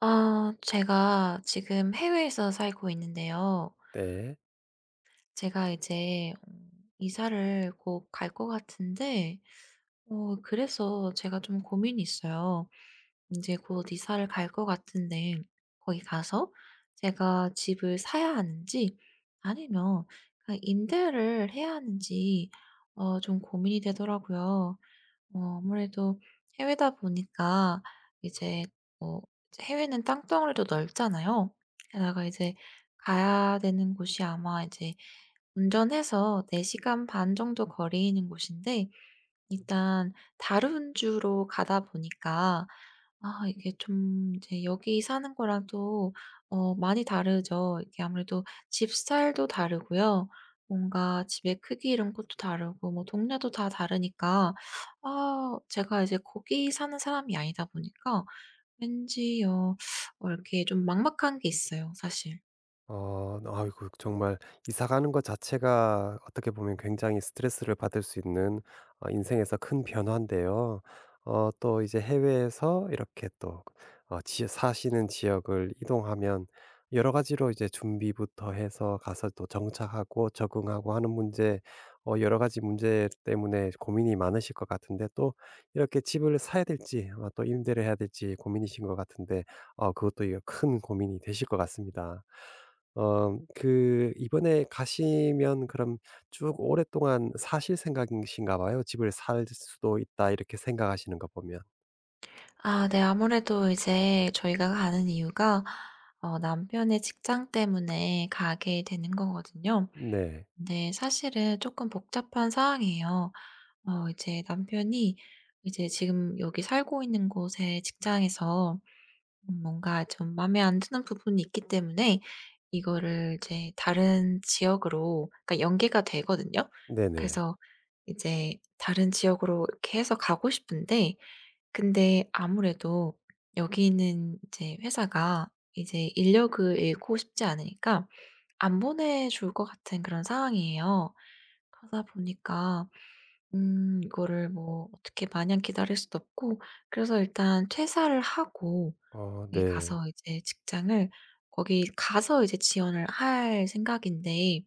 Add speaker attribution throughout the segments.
Speaker 1: 아 제가 지금 해외에서 살고 있는데요.
Speaker 2: 네.
Speaker 1: 제가 이제 이사를 곧 갈 것 같은데 그래서 제가 좀 고민이 있어요. 이제 곧 이사를 갈 것 같은데 거기 가서 제가 집을 사야 하는지, 아니면 그냥 임대를 해야 하는지 좀 고민이 되더라고요. 아무래도 해외다 보니까 이제 뭐 이제 해외는 땅덩어리도 넓잖아요. 게다가 이제 가야 되는 곳이 아마 이제 운전해서 4시간 반 정도 거리는 곳인데, 일단 다른 주로 가다 보니까 아 이게 좀 이제 여기 사는 거랑 또 많이 다르죠. 이게 아무래도 집 스타일도 다르고요. 뭔가 집의 크기 이런 것도 다르고 뭐 동네도 다 다르니까 아 제가 이제 거기 사는 사람이 아니다 보니까 왠지 이렇게 좀 막막한 게 있어요, 사실.
Speaker 2: 아이고, 정말 이사 가는 것 자체가 어떻게 보면 굉장히 스트레스를 받을 수 있는 인생에서 큰 변화인데요. 또 이제 해외에서 이렇게 또 어 지 사시는 지역을 이동하면 여러 가지로 이제 준비부터 해서 가서 또 정착하고 적응하고 하는 문제, 여러 가지 문제 때문에 고민이 많으실 것 같은데, 또 이렇게 집을 사야 될지 또 임대를 해야 될지 고민이신 것 같은데, 그것도 이거 큰 고민이 되실 것 같습니다. 그 이번에 가시면 그럼 쭉 오랫동안 사실 생각이신가 봐요. '집을 살 수도 있다.' 이렇게 생각하시는 거 보면.
Speaker 1: 아 네. 아무래도 이제 저희가 가는 이유가 남편의 직장 때문에 가게 되는 거거든요.
Speaker 2: 네.
Speaker 1: 근데 사실은 조금 복잡한 상황이에요. 이제 남편이 이제 지금 여기 살고 있는 곳의 직장에서 뭔가 좀 마음에 안 드는 부분이 있기 때문에 이거를 이제 다른 지역으로, 그러니까 연계가 되거든요.
Speaker 2: 네네.
Speaker 1: 그래서 이제 다른 지역으로 이렇게 해서 가고 싶은데 근데 아무래도 여기 있는 이제 회사가 이제 인력을 잃고 싶지 않으니까 안 보내줄 것 같은 그런 상황이에요. 그러다 보니까 이거를 뭐 어떻게 마냥 기다릴 수도 없고, 그래서 일단 퇴사를 하고
Speaker 2: 어
Speaker 1: 거기
Speaker 2: 네.
Speaker 1: 가서 이제 직장을 거기 가서 이제 지원을 할 생각인데,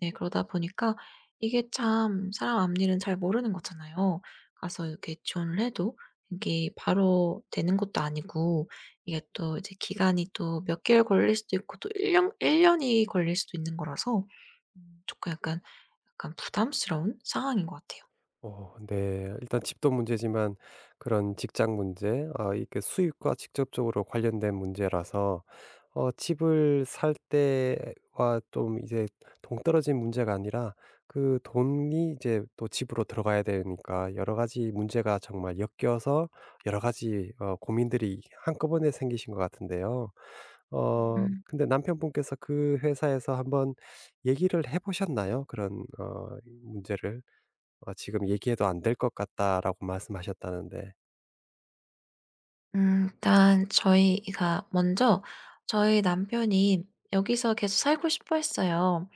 Speaker 1: 네. 그러다 보니까 이게 참 사람 앞일은 잘 모르는 거잖아요. 가서 이렇게 지원을 해도 이게 바로 되는 것도 아니고, 이게 또 이제 기간이 또 몇 개월 걸릴 수도 있고 또 1년일 년이 걸릴 수도 있는 거라서 조금 약간 부담스러운 상황인 것 같아요.
Speaker 2: 어 네. 일단 집도 문제지만 그런 직장 문제, 아 이게 수입과 직접적으로 관련된 문제라서 집을 살 때와 좀 이제 동떨어진 문제가 아니라 그 돈이 이제 또 집으로 들어가야 되니까, 여러 가지 문제가 정말 엮여서 여러 가지 고민들이 한꺼번에 생기신 것 같은데요.
Speaker 1: 음.
Speaker 2: 근데 남편분께서 그 회사에서 한번 얘기를 해 보셨나요? 그런 문제를? 지금 얘기해도 안 될 것 같다라고 말씀하셨다는데.
Speaker 1: 일단 저희가 먼저, 저희 남편이 여기서 계속 살고 싶어 했어요.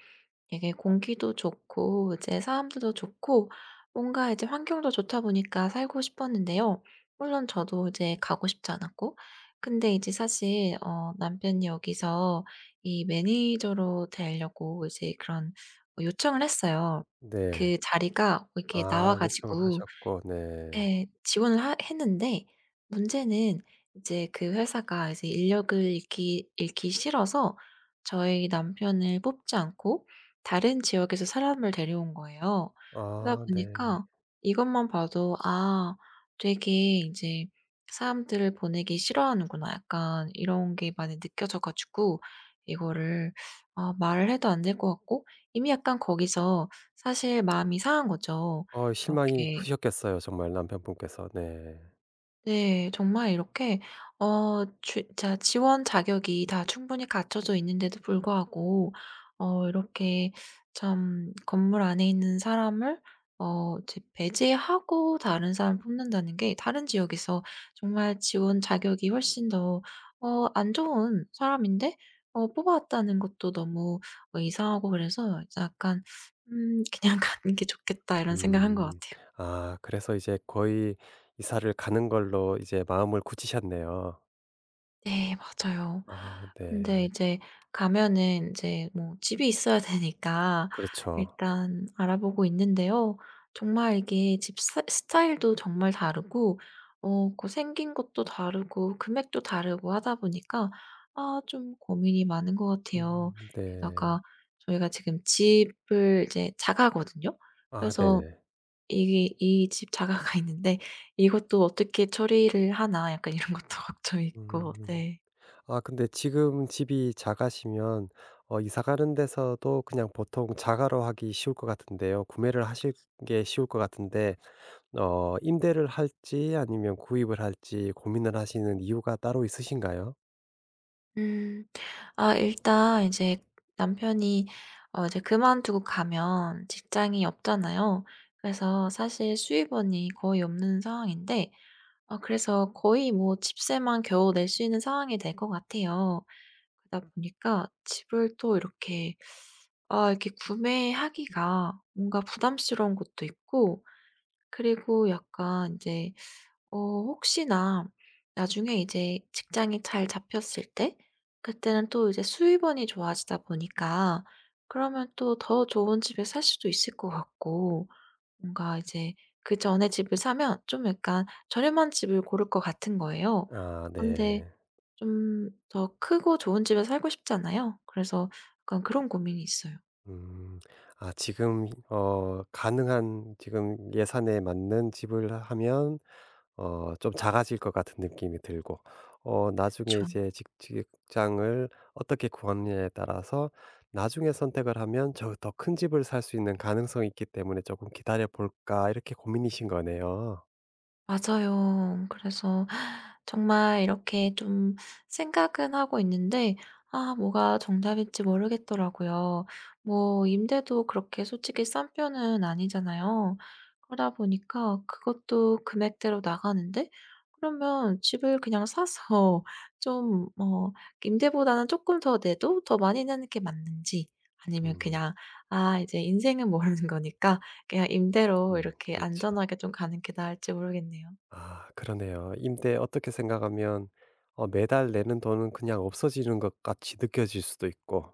Speaker 1: 이게 공기도 좋고 이제 사람들도 좋고 뭔가 이제 환경도 좋다 보니까 살고 싶었는데요. 물론 저도 이제 가고 싶지 않았고, 근데 이제 사실 남편이 여기서 이 매니저로 되려고 이제 그런 요청을 했어요.
Speaker 2: 네.
Speaker 1: 그 자리가 이렇게 나와
Speaker 2: 아, 요청을
Speaker 1: 가지고.
Speaker 2: 하셨고. 네.
Speaker 1: 예. 지원을 하 했는데, 문제는 이제 그 회사가 이제 인력을 잃기 싫어서 저희 남편을 뽑지 않고 다른 지역에서 사람을 데려온 거예요. 그러다
Speaker 2: 아 네.
Speaker 1: 보니까 이것만 봐도 '아, 되게 인제 사람들을 보내기 싫어하는구나.' 약간 이런 게 많이 느껴져 가지고 이거를 아 말을 해도 안 될 것 같고 이미 약간 거기서 사실 마음이 상한 거죠.
Speaker 2: 실망이
Speaker 1: 이렇게.
Speaker 2: 크셨겠어요, 정말 남편분께서. 네.
Speaker 1: 네. 정말 이렇게 어 주 자 지원 자격이 다 충분히 갖춰져 있는데도 불구하고 이렇게 참, 건물 안에 있는 사람을 이제 배제하고 다른 사람 뽑는다는 게, 다른 지역에서 정말 지원 자격이 훨씬 더 안 좋은 사람인데 뽑아왔다는 것도 너무 이상하고, 그래서 약간 '음 그냥 가는 게 좋겠다.' 이런 생각한 것
Speaker 2: 음.
Speaker 1: 같아요.
Speaker 2: 아, 그래서 이제 거의 이사를 가는 걸로 이제 마음을 굳히셨네요.
Speaker 1: 네 맞아요.
Speaker 2: 아
Speaker 1: 근데
Speaker 2: 네.
Speaker 1: 이제 가면은 이제 뭐 집이 있어야 되니까
Speaker 2: 그렇죠.
Speaker 1: 일단 알아보고 있는데요. 정말 이게 집 스 스타일도 정말 다르고 그 생긴 것도 다르고 금액도 다르고 하다 보니까 아 좀 고민이 많은 것 같아요.
Speaker 2: 네.
Speaker 1: 게다가 저희가 지금 집을 이제 자가거든요.
Speaker 2: 아
Speaker 1: 그래서
Speaker 2: 네네.
Speaker 1: 이게 이 집 자가가 있는데 '이것도 어떻게 처리를 하나.' 약간 이런 것도 걱정이 있고
Speaker 2: 음.
Speaker 1: 네.
Speaker 2: 아 근데 지금 집이 작아시면 이사 가는 데서도 그냥 보통 자가로 하기 쉬울 것 같은데요. 구매를 하실 게 쉬울 것 같은데, 임대를 할지 아니면 구입을 할지 고민을 하시는 이유가 따로 있으신가요?
Speaker 1: 음. 아 일단 이제 남편이 이제 그만두고 가면 직장이 없잖아요. 그래서 사실 수입원이 거의 없는 상황인데, 그래서 거의 뭐 집세만 겨우 낼 수 있는 상황이 될 것 같아요. 그러다 보니까 집을 또 이렇게, 아 이렇게 구매하기가 뭔가 부담스러운 것도 있고, 그리고 약간 이제 어 혹시나 나중에 이제 직장이 잘 잡혔을 때 그때는 또 이제 수입원이 좋아지다 보니까 그러면 또 더 좋은 집을 살 수도 있을 것 같고, 뭔가 이제 그전에 집을 사면 좀 약간 저렴한 집을 고를 것 같은 거예요.
Speaker 2: 아
Speaker 1: 근데
Speaker 2: 네.
Speaker 1: 좀 더 크고 좋은 집에 살고 싶잖아요. 그래서 약간 그런 고민이 있어요.
Speaker 2: 음. 아 지금 가능한 지금 예산에 맞는 집을 하면 좀 작아질 것 같은 느낌이 들고, 나중에
Speaker 1: 그쵸.
Speaker 2: 이제 직 직장을 어떻게 구하느냐에 따라서 나중에 선택을 하면 저 더 큰 집을 살 수 있는 가능성이 있기 때문에 '조금 기다려 볼까.' 이렇게 고민이신 거네요.
Speaker 1: 맞아요. 그래서 정말 이렇게 좀 생각은 하고 있는데 아 뭐가 정답일지 모르겠더라고요. 뭐 임대도 그렇게 솔직히 싼 편은 아니잖아요. 그러다 보니까 그것도 금액대로 나가는데, 그러면 집을 그냥 사서 좀 뭐 임대보다는 조금 더 내도 더 많이 내는 게 맞는지, 아니면
Speaker 2: 음.
Speaker 1: 그냥 '아 이제 인생은 모르는 거니까 그냥 임대로
Speaker 2: 음.
Speaker 1: 이렇게
Speaker 2: 그렇죠.
Speaker 1: 안전하게 좀 가는 게 나을지 모르겠네요.'
Speaker 2: 아 그러네요. 임대, 어떻게 생각하면 매달 내는 돈은 그냥 없어지는 것 같이 느껴질 수도 있고,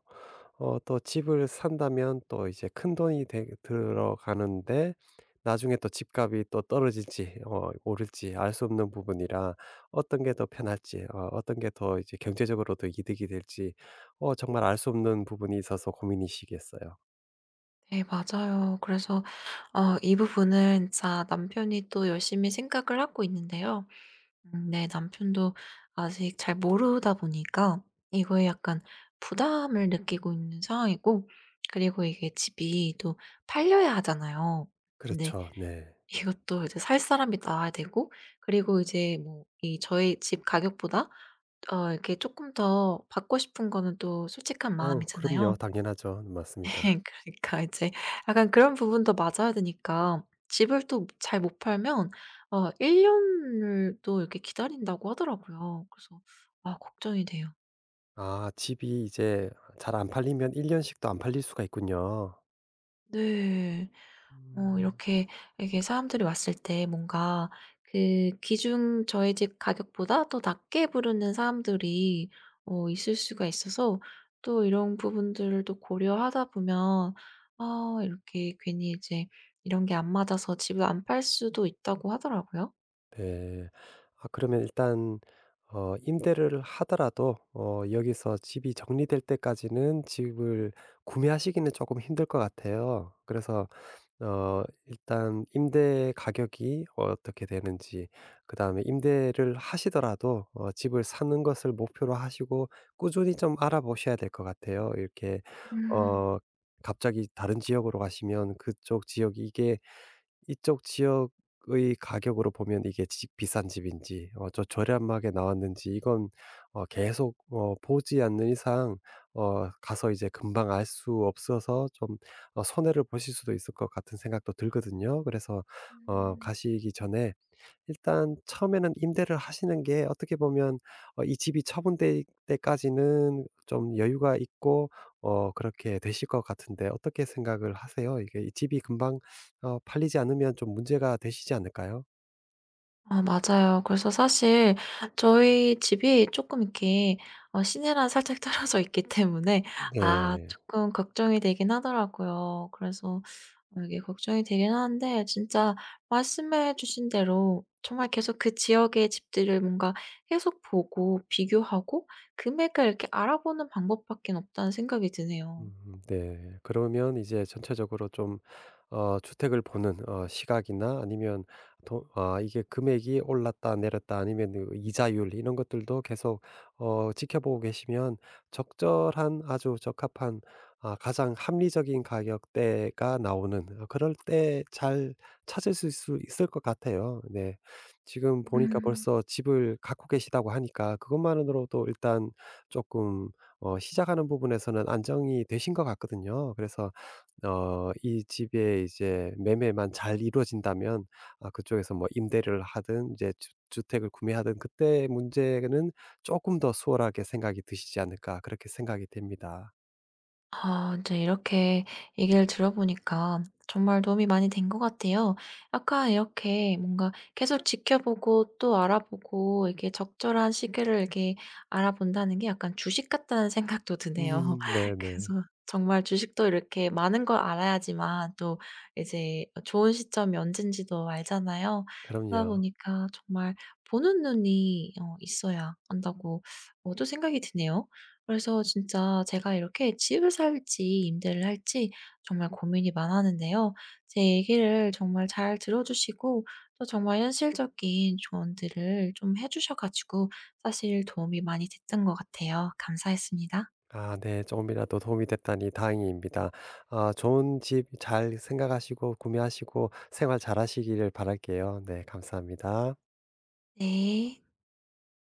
Speaker 2: 또 집을 산다면 또 이제 큰돈이 되 들어가는데, 나중에 또 집값이 또 떨어질지 오를지 알 수 없는 부분이라 어떤 게 더 편할지 어떤 게 더 이제 경제적으로도 이득이 될지 정말 알 수 없는 부분이 있어서 고민이시겠어요.
Speaker 1: 네 맞아요. 그래서 이 부분은 자 남편이 또 열심히 생각을 하고 있는데요. 네, 남편도 아직 잘 모르다 보니까 이거에 약간 부담을 느끼고 있는 상황이고, 그리고 이게 집이 또 팔려야 하잖아요. 근데
Speaker 2: 그렇죠. 네.
Speaker 1: 이것도 이제 살 사람이 나와야 되고, 그리고 이제 뭐 이 저희 집 가격보다 이렇게 조금 더 받고 싶은 거는 또 솔직한
Speaker 2: 어 그럼요.
Speaker 1: 마음이잖아요.
Speaker 2: 당연하죠. 맞습니다.
Speaker 1: 그러니까 이제 약간 그런 부분도 맞아야 되니까 집을 또 잘 못 팔면 1년을 또 이렇게 기다린다고 하더라고요. 그래서 아 걱정이 돼요.
Speaker 2: 아, 집이 이제 잘 안 팔리면 1 년씩도 안 팔릴 수가 있군요.
Speaker 1: 네. 어
Speaker 2: 음.
Speaker 1: 이렇게 이렇게 사람들이 왔을 때 뭔가 그 기준 저희 집 가격보다 더 낮게 부르는 사람들이 있을 수가 있어서, 또 이런 부분들을 또 고려하다 보면 아 이렇게 괜히 이제 이런 게 안 맞아서 집을 안 팔 수도 있다고 하더라고요.
Speaker 2: 네. 아 그러면 일단 임대를 하더라도 여기서 집이 정리될 때까지는 집을 구매하시기는 조금 힘들 것 같아요. 그래서 일단 임대 가격이 어떻게 되는지, 그다음에 임대를 하시더라도 집을 사는 것을 목표로 하시고 꾸준히 좀 알아보셔야 될 것 같아요. 이렇게
Speaker 1: 음.
Speaker 2: 어 갑자기 다른 지역으로 가시면, 그쪽 지역이 이게 이쪽 지역의 가격으로 보면 이게 집 비싼 집인지 저렴하게 나왔는지, 이건 계속 보지 않는 이상 가서 이제 금방 알 수 없어서 좀 손해를 보실 수도 있을 것 같은 생각도 들거든요. 그래서
Speaker 1: 음.
Speaker 2: 가시기 전에 일단 처음에는 임대를 하시는 게 어떻게 보면 이 집이 처분될 때까지는 좀 여유가 있고 그렇게 되실 것 같은데, 어떻게 생각을 하세요? 이게 이 집이 금방 팔리지 않으면 좀 문제가 되시지 않을까요?
Speaker 1: 아 맞아요. 그래서 사실 저희 집이 조금 이렇게 시내랑 살짝 떨어져 있기 때문에 아
Speaker 2: 네.
Speaker 1: 조금 걱정이 되긴 하더라고요. 그래서 이게 걱정이 되긴 하는데, 진짜 말씀해 주신 대로 정말 계속 그 지역의 집들을 뭔가 계속 보고 비교하고 금액을 이렇게 알아보는 방법밖에 없다는 생각이 드네요.
Speaker 2: 네. 그러면 이제 전체적으로 좀 주택을 보는 시각이나 아니면 도, 아 이게 금액이 올랐다 내렸다, 아니면 그 이자율 이런 것들도 계속 지켜보고 계시면 적절한, 아주 적합한, 아 가장 합리적인 가격대가 나오는 그럴 때 잘 찾을 수 있을 것 같아요. 네. 지금 보니까
Speaker 1: 음.
Speaker 2: 벌써 집을 갖고 계시다고 하니까 그것만으로도 일단 조금 시작하는 부분에서는 안정이 되신 것 같거든요. 그래서 이 집의 이제 매매만 잘 이루어진다면 아 그쪽에서 뭐 임대를 하든 이제 주 주택을 구매하든 그때 문제는 조금 더 수월하게 생각이 드시지 않을까, 그렇게 생각이 됩니다.
Speaker 1: 아 이제 이렇게 얘기를 들어보니까 정말 도움이 많이 된 것 같아요. 약간 이렇게 뭔가 계속 지켜보고 또 알아보고 이게 적절한 시기를 이렇게 알아본다는 게 약간 주식 같다는 생각도 드네요.
Speaker 2: 네네.
Speaker 1: 그래서 정말 주식도 이렇게 많은 걸 알아야지만 또 이제 좋은 시점이 언젠지도 알잖아요. 그러다
Speaker 2: 그럼요.
Speaker 1: 보니까 정말 보는 눈이 있어야 한다고 또 생각이 드네요. 그래서 진짜 제가 이렇게 집을 살지 임대를 할지 정말 고민이 많았는데요. 제 얘기를 정말 잘 들어주시고 또 정말 현실적인 조언들을 좀 해주셔 가지고 사실 도움이 많이 됐던 것 같아요. 감사했습니다.
Speaker 2: 아 네. 조금이라도 도움이 됐다니 다행입니다. 아 좋은 집 잘 생각하시고 구매하시고 생활 잘하시기를 바랄게요. 네 감사합니다.
Speaker 1: 네.